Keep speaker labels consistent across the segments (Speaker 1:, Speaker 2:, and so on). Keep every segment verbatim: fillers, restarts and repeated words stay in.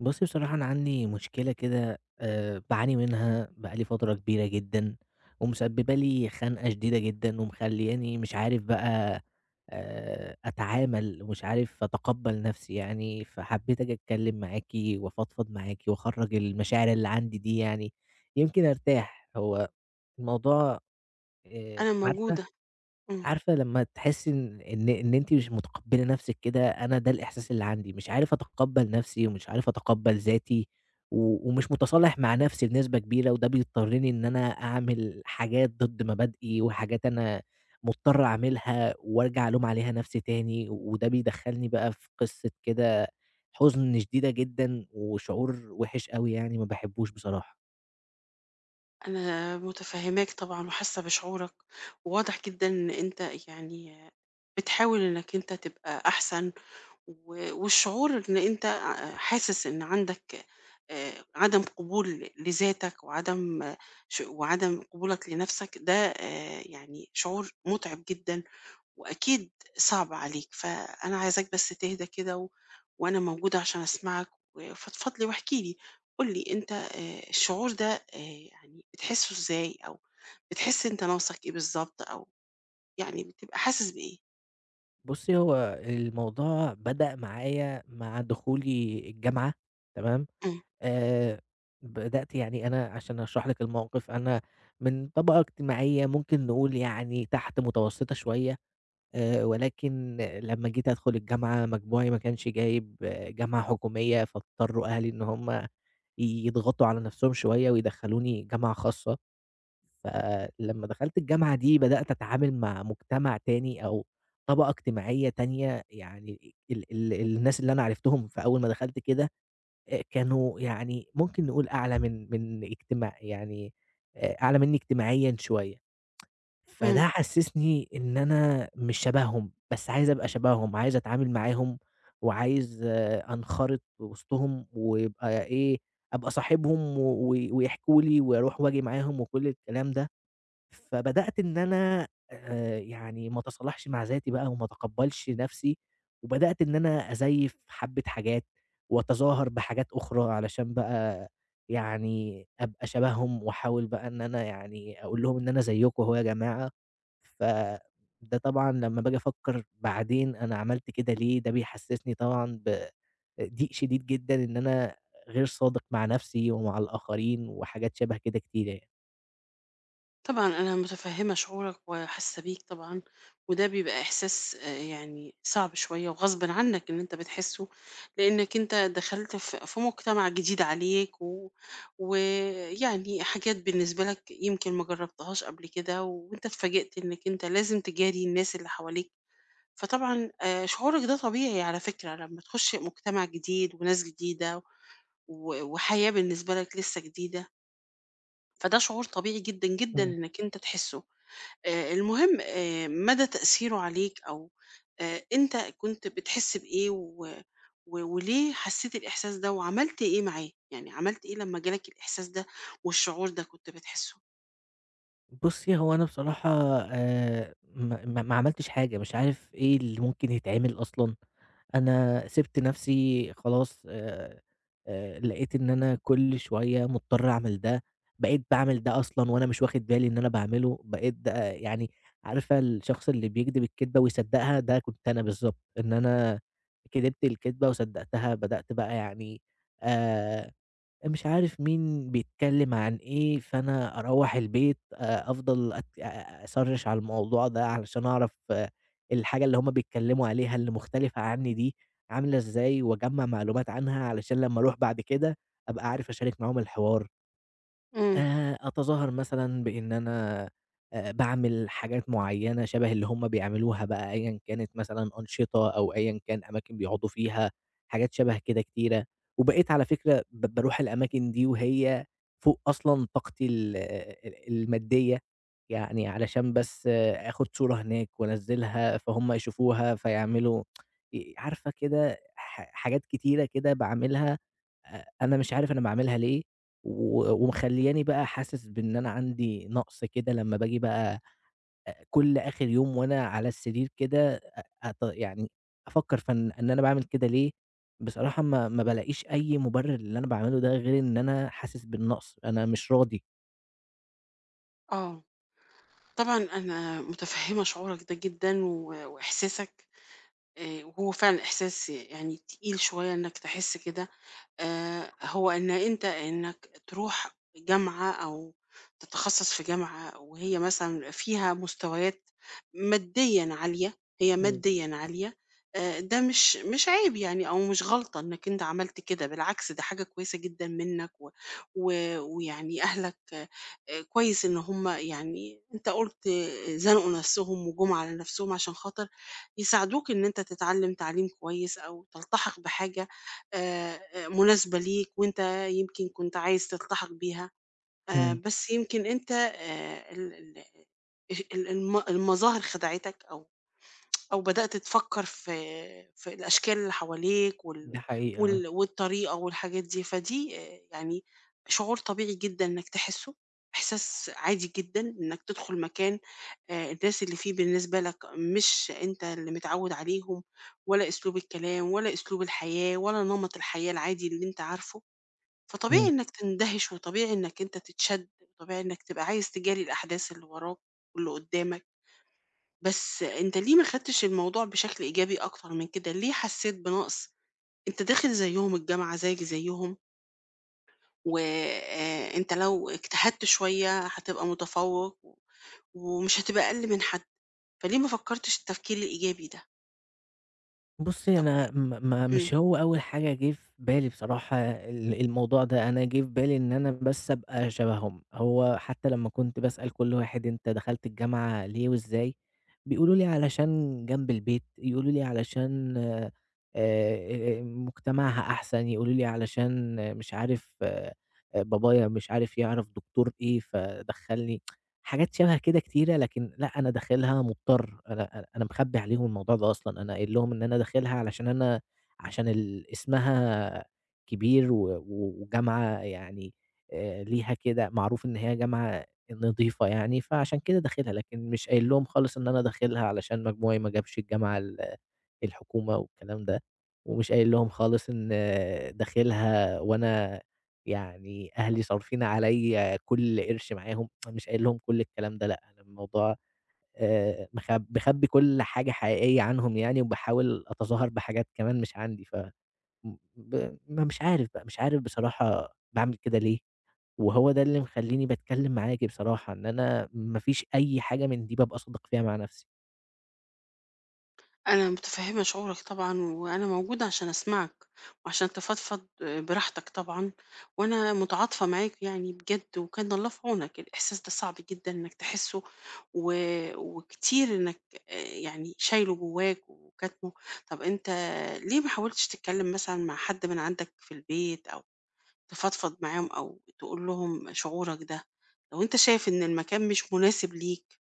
Speaker 1: بُصّي، بصراحة أنا عندي مشكلة كده آآ باعاني منها بقى لي فترة كبيرة جدًا، ومسببة لي خنقة شديدة جدًا، ومخلّياني مش عارف بقى آآ أتعامل، ومش عارف أتقبّل نَفْسي يعني، فحبّيت آجي أتكلّم معاكِ وأفضفض معاكِ وأخرّج المشاعر اللي عندي دي يعني، يمكن أرتاح. هو الموضوع آآ
Speaker 2: أنا
Speaker 1: عارفة
Speaker 2: موجودة. إمم،
Speaker 1: عارفة لمّا تحسّي إن إن إن أنتِ مش متقبّلة نَفْسِك كده، أنا ده الإحساس اللي عندي، مش عارف أتقبّل نَفْسي ومش عارف أتقبّل ذاتي و ومش متصالح مع نَفْسي بنسبة كبيرة، وده بيضطرّني إن أنا أعمل حاجات ضد مبادئي وحاجات أنا مضطر أعملها وأرجع ألوم عليها نَفْسي تاني، وده بيدخّلني بقى في قصة كده حُزن شديدة جدًا وشعور وِحِش أوي يعني ما باحبّوش بصراحة.
Speaker 2: أنا متفهّماك طبعًا وحاسة بشعورك، وواضح جدًا إن أنت يعني بتحاول إنك أنت تبقى أحسن، و والشعور إن أنت ع حاسس إن عندك آآ، عدم قبول لذاتك وعدم ش وعدم قبولك لنفسك ده، آآ، يعني شعور مُتعب جدًا وأكيد صعب عليك، فأنا عايزاك بس تهدى كده، و وأنا موجودة عشان أسمعك وفضفض لي واحكِ لي، قُل لي أنت آآ الشعور ده آآ يعني بتحسّه إزاي، أو بتحس أنت ناقصك إيه بالضبط، أو يعني بتبقى حاسس بإيه؟
Speaker 1: بُصّي، هو الموضوع بدأ معايا مع دخولي الجامعة تمام؟
Speaker 2: إمم،
Speaker 1: آآ، بدأت يعني أنا عشان أشرح لِك الموقف، أنا من طبقة اجتماعية ممكن نقول يعني تحت متوسطة شوية، آآ، ولكن لمّا جيت أدخل الجامعة مجموعي ما كانش جايب آه، جامعة حكومية، فاضطروا أهلي إن هم يضغطوا على نفسهم شوية ويدخلوني جامعة خاصة، فلمّا دخلت الجامعة دي بدأت أتعامل مع مجتمع تاني أو طبقة اجتماعية تانية، يعني ال ال الناس اللي أنا عرفتهم في أول ما دخلت كده آآ كانوا يعني ممكن نقول أعلى من من اجتماع يعني آآ أعلى منّي اجتماعيًا شوية،
Speaker 2: إمم.
Speaker 1: فده حسّسني إن أنا مش شبههم، بس عايز أبقى شبههم، عايز أتعامل معاهم وعايز آه، أنخرط وسطهم ويبقى إيه، أبقى صاحبهم و و ويحكوا لي وأروح وآجي معاهم وكل الكلام ده. فبدأت إن أنا آآ يعني ما أتصالحش مع ذاتي بقى وما أتقبّلش نَفْسي، وبدأت إن أنا أزيّف حبّة حاجات وأتظاهر بحاجات أخرى علشان بقى يعني أبقى شبههم وأحاول بقى إن أنا يعني أقول لهم إن أنا زيّكم أهو يا جماعة، فده طبعًا لمّا باجي أفكّر بعدين أنا عملت كده ليه، ده بيحسّسني طبعًا ب ضيق شديد جدًا إن أنا غير صادق مع نَفْسي ومع الآخرين وحاجات شَبه كده كتيرة يعني.
Speaker 2: طبعًا أنا متفهّمة شعورك وحاسة بيك طبعًا، وده بيبقى إحساس آآ يعني صعب شوية وغصبٍ عنك إن أنت بتحسّه، لإنك أنت دخلت ف في مجتمع جديد عليك، و ويعني حاجات بالنسبة لك يمكن ما جرّبتهاش قبل كده، وأنت اتفاجئت إنك أنت لازم تجاري الناس اللي حواليك، فطبعًا آآ شعورك ده طبيعي على فكرة لمّا تخش مجتمع جديد وناس جديدة و وحياة بالنسبة لك لسه جديدة، فده شعور طبيعي جدًا، جدًا
Speaker 1: إمم.
Speaker 2: إنك أنت تحسّه. آآ المهم آآ مدى تأثيره عليك، أو آآ أنت كنت بتحس بإيه، و و وليه حسّيت الإحساس ده وعملت إيه معاه؟ يعني عملت إيه لمّا جالك الإحساس ده والشعور ده كنت بتحسّه؟
Speaker 1: بُصّي، هو أنا بصراحة آآ ما ما ما عملتش حاجة، مش عارف إيه اللي ممكن يتعمل أصلًا، أنا سِبت نَفْسي خلاص آآ آآ لقيت إن أنا كل شوية مضطر أعمل ده، بقيت باعمل ده أصلًا وأنا مش واخد بالي إن أنا باعمله، بقيت ده يعني عارفة الشخص اللي بيكدب الكدبة ويصدّقها، ده كنت أنا بالضبط، إن أنا كدبت الكدبة وصدّقتها، بدأت بقى يعني آآ مش عارف مين بيتكلم عن إيه، فأنا أروّح البيت آآ أفضل أت أ أسرِّش على الموضوع ده علشان أعرف آه، الحاجة اللي هُم بيتكلموا عليها اللي مختلفة عني دي عاملة إزاي، وأجمّع معلومات عنها علشان لمّا أروح بعد كده أبقى عارف أشارك معاهم الحوار.
Speaker 2: إمم،
Speaker 1: آآ أتظاهر مثلًا بإن أنا آآ باعمل حاجات معيّنة شَبه اللي هُم بيعملوها بقى أيًا كانت مثلًا أنشطة أو أيًا كان أماكن بيقعدوا فيها، حاجات شَبه كده كتيرة، وبقيت على فكرة ب باروح الأماكن دي وهي فوق أصلًا طاقتي ال ال المادية، يعني علشان بس آه، آخُد صورة هناك وأنزّلها فهُم يشوفوها فيعملوا ي عارفة كده ح حاجات كتيرة كده باعملها أ أنا مش عارف أنا باعملها ليه، و ومخلّياني بقى حاسس بإن أنا عندي نقص كده لمّا باجي بقى أ كل آخر يوم وأنا على السرير كده أ أت يعني أفكّر في إن إن أنا باعمل كده ليه، بصراحة ما ما بالاقيش أي مُبرر للي أنا باعمله ده غير إن أنا حاسس بالنقص، أنا مش راضي.
Speaker 2: آه. طبعًا أنا مُتفهِّمة شعورك ده جدًا و وإحساسك، آآ وهو فعلًا إحساس يعني تقيل شوية إنّك تحس كده. آآ هو إن أنت إنك تروح جامعة، أو تتخصص في جامعة وهي مثلًا فيها مستويات ماديًا عالية، هي
Speaker 1: إمم،
Speaker 2: ماديًا عالية. آآ ده مش مش عيب يعني، أو مش غلطة إنك أنت عملت كده، بالعكس ده حاجة كويسة جدًا منك، و و ويعني أهلك آآ كويس إن هُم يعني أنت قُلت آه، زنقوا نفسهم وجُم على نفسهم عشان خاطر يساعدوك إن أنت تتعلم تعليم كويس، أو تلتحق بحاجة آآ، آآ، مناسبة ليك، وأنت يمكن كنت عايز تلتحق بيها. آآ،
Speaker 1: إمم.
Speaker 2: بس يمكن أنت، آآ، ال ال ال الم المظاهر خدعتك، أو أو بدأت تفكّر في في الأشكال اللي حواليك وال
Speaker 1: دي حقيقة،
Speaker 2: وال والطريقة والحاجات دي، فدي آآ يعني شعور طبيعي جدًا إنّك تحسّه، إحساس عادي جدًا إنّك تدخل مكان آآ الناس اللي فيه بالنسبة لك مش أنت اللي متعوّد عليهم، ولا أسلوب الكلام، ولا أسلوب الحياة، ولا نمط الحياة العادي اللي أنت عارفه، فطبيعي
Speaker 1: آه.
Speaker 2: إنّك تندهش، وطبيعي إنّك أنت تتشد، وطبيعي إنّك تبقى عايز تجاري الأحداث اللي وراك واللي قُدّامك. بس أنت ليه ما خدتش الموضوع بشكل إيجابي أكتر من كده؟ ليه حسيت بنقص؟ أنت داخل زيهم الجامعة زيك زيهم، وأنت لو اجتهدت شوية هتبقى متفوق، و- ومش هتبقى أقل من حد، فليه ما فكرتش التفكير الإيجابي ده؟
Speaker 1: بُصّي،
Speaker 2: طب
Speaker 1: أنا م ما
Speaker 2: إمم.
Speaker 1: مش هو أول حاجة جه في بالي بصراحة ال الموضوع ده، أنا جه في بالي إن أنا بس أبقى شبههم، هو حتى لمّا كنت باسأل كل واحد أنت دخلت الجامعة ليه وإزاي، بيقولوا لي علشان جنب البيت، يقولوا لي علشان آآ مجتمعها أحسن، يقولوا لي علشان آه، مش عارف آآ بابايا مش عارف يعرف دكتور إيه فدخّلني. حاجات شبه كده كتيرة، لكن لأ، أنا داخلها مضطر، أنا أنا أنا مخبّي عليهم الموضوع ده أصلًا، أنا قايل لهم إن أنا داخلها علشان أنا عشان ال اسمها كبير و و وجامعة يعني آآ ليها كده معروف إن هي جامعة نضيفة يعني، فعشان كده داخلها، لكن مش قايل لهم خالص إن أنا داخلها علشان مجموعي ما جابش الجامعة ال الحكومة والكلام ده، ومش قايل لهم خالص إن آه، داخلها وأنا يعني أهلي صارفين عليّا كل قرش معاهم، أنا مش قايل لهم كل الكلام ده لأ، أنا الموضوع آآ مخب مخبّي كل حاجة حقيقية عنهم يعني، وباحاول أتظاهر بحاجات كمان مش عندي، ف م ب ما مش عارف بقى، مش عارف بصراحة باعمل كده ليه، وهو ده اللي مخلّيني باتكلّم معاكِ بصراحة، إن أنا ما فيش أي حاجة من دي بابقى صادق فيها مع نفسي.
Speaker 2: أنا متفهمة شعورك طبعًا، وأنا موجودة عشان أسمعك، وعشان تفضفض براحتك طبعًا، وأنا متعاطفة معاك يعني بجد، وكان الله في عونك، الإحساس ده صعب جدًا إنك تحسه، و وكتير إنك، آآ، يعني شايله جواك وكاتمه. طب أنت ليه ما حاولتش تتكلم مثلًا مع حد من عندك في البيت، أو تفضفض معاهم، أو تقول لهم شعورك ده؟ لو أنت شايف إن المكان مش مناسب ليك،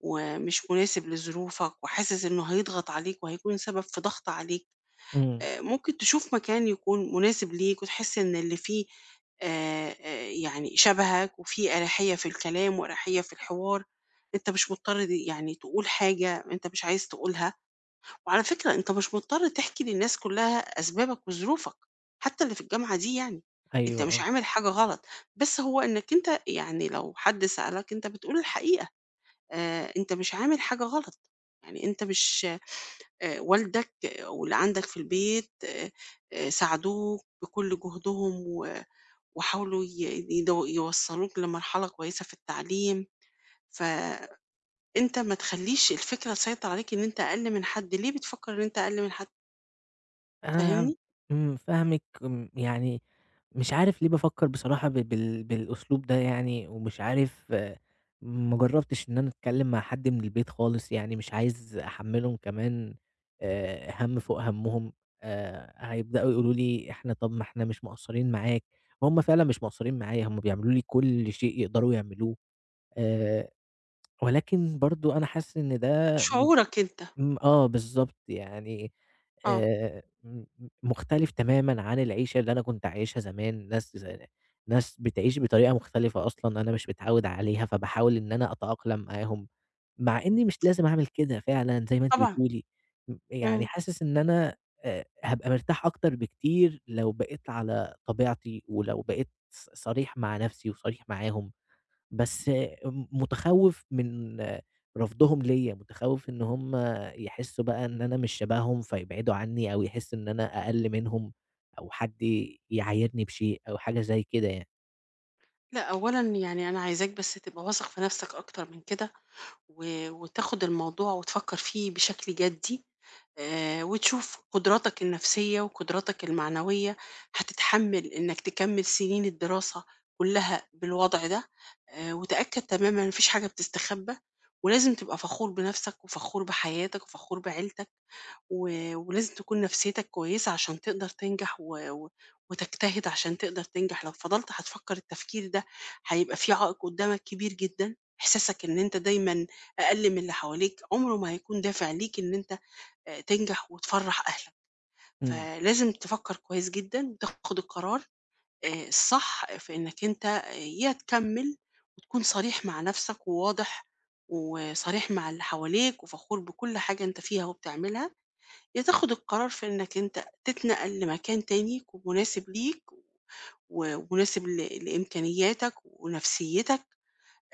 Speaker 2: ومش مناسب لظروفك، وحاسس إنه هيضغط عليك وهيكون سبب في ضغط عليك،
Speaker 1: إمم،
Speaker 2: آآ ممكن تشوف مكان يكون مناسب ليك وتحس إن اللي فيه آآ آآ يعني شبهك، وفيه أريحية في الكلام وأريحية في الحوار. أنت مش مضطر د يعني تقول حاجة أنت مش عايز تقولها، وعلى فكرة أنت مش مضطر تحكي للناس كلها أسبابك وظروفك، حتى اللي في الجامعة دي يعني. أنت
Speaker 1: أيوه،
Speaker 2: مش
Speaker 1: آه.
Speaker 2: عامل حاجة غلط، بس هو إنك أنت يعني لو حد سألك أنت بتقول الحقيقة. آآ أنت مش عامل حاجة غلط، يعني أنت مش آآ والدك واللي عندك في البيت آآ ساعدوك بكل جهدهم، و وحاولوا ي يدو يوصّلوك لمرحلة كويسة في التعليم، فأنت ما تخلّيش الفكرة تسيطر عليك إن أنت أقل من حد، ليه بتفكّر إن أنت أقل من حد،
Speaker 1: أنا
Speaker 2: فاهمني؟
Speaker 1: إمم، فاهمِك، م يعني مش عارف ليه بافكّر بصراحة ب بال بالأسلوب ده يعني، ومش عارف ما جرّبتش إن أنا أتكلّم مع حد من البيت خالص، يعني مش عايز أحمّلهم كمان آآ هَم فوق هَمّهم، آآ هيبدأوا يقولوا لي: "إحنا طَب ما إحنا مش مقصّرين معاك." وهُم فعلًا مش مقصّرين معايا، هُم بيعملوا لي كل شيء يقدروا يعملوه، آآ ولكن برضه أنا حاسس إن ده
Speaker 2: شعورك أنت،
Speaker 1: إمم، آه بالضبط، يعني
Speaker 2: آه،
Speaker 1: آآ م م مختلف تمامًا عن العيشة اللي أنا كنت عايشها زمان، ناس ز ناس بتعيش بطريقة مختلفة أصلًا أنا مش متعوّد عليها، فباحاول إن أنا أتأقلم معاهم، مع إني مش لازم أعمل كده فعلًا زي ما أنتِ
Speaker 2: طبعًا،
Speaker 1: بتقولي، م يعني
Speaker 2: إمم.
Speaker 1: حاسس إن أنا آآ هابقى مرتاح أكتر بكتير لو بقيت على طبيعتي، ولو بقيت ص صريح مع نفسي وصريح معاهم. بس م متخوّف من رفضهم ليّا، متخوّف إن هُم يحسّوا بقى إن أنا مش شبههم فيبعدوا عنّي أو يحسّوا إن أنا أقَل منهم أو حد يعايرني بشيء أو حاجة زي كده يعني.
Speaker 2: لأ أولًا يعني أنا عايزاك بس تبقى واثق في نَفْسك أكتر من كده، و وتاخد الموضوع وتفكر فيه بشكل جدي، آآ وتشوف قدراتك النفسية وقدراتك المعنوية هتتحمل إنك تكمل سنين الدراسة كلها بالوضع ده، آآ وتأكد تمامًا ما فيش حاجة بتستخبى، ولازم تبقى فخور بنفسك وفخور بحياتك وفخور بعيلتك. و ولازم تكون نفسيتك كويسة عشان تقدر تنجح، و و وتجتهد عشان تقدر تنجح. لو فضلت هتفكّر التفكير ده هيبقى في عائق قدّامك كبير جدًا، إحساسك إن أنت دايمًا أقل من اللي حواليك عمره ما هيكون دافع ليك إن أنت آآ تنجح وتفرّح أهلك،
Speaker 1: إمم.
Speaker 2: فلازم تفكّر كويس جدًا وتاخد القرار آآ الصح في إنك أنت آه، يا تكمّل وتكون صريح مع نفسك وواضح وصريح مع اللي حواليك وفخور بكل حاجة أنت فيها وبتعملها. يا تاخد القرار في إنك أنت تتنقل لمكان تاني يكون مناسب ليك، و- ومناسب ل- لإمكانياتك ونفسيتك.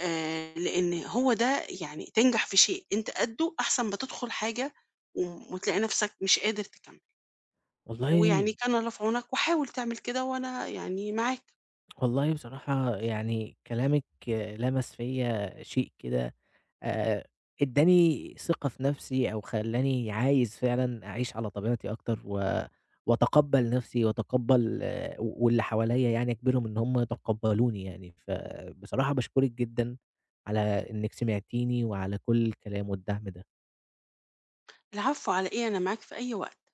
Speaker 2: آه، لأن هو ده يعني تنجح في شيء أنت قده أحسن ما تدخل حاجة وم- وتلاقي نفسك مش قادر تكمل،
Speaker 1: والله
Speaker 2: ويعني كان الله في عونك وحاول تعمل كده وأنا يعني معاك.
Speaker 1: والله بصراحة يعني كلامِك لَمَس فيّا شيء كده آآ ادّاني ثقة في نَفْسي أو خلّاني عايز فعلًا أعيش على طبيعتي أكتر و وأتقبّل نَفْسي وأتقبّل آه، واللي حواليّا يعني أجبرهم إن هم يتقبّلوني يعني، فبصراحة باشكرِك جدًا على إنِّك سمعتيني وعلى كل الكلام والدعم ده.
Speaker 2: العفو على إيه، أنا معاك في أي وقت.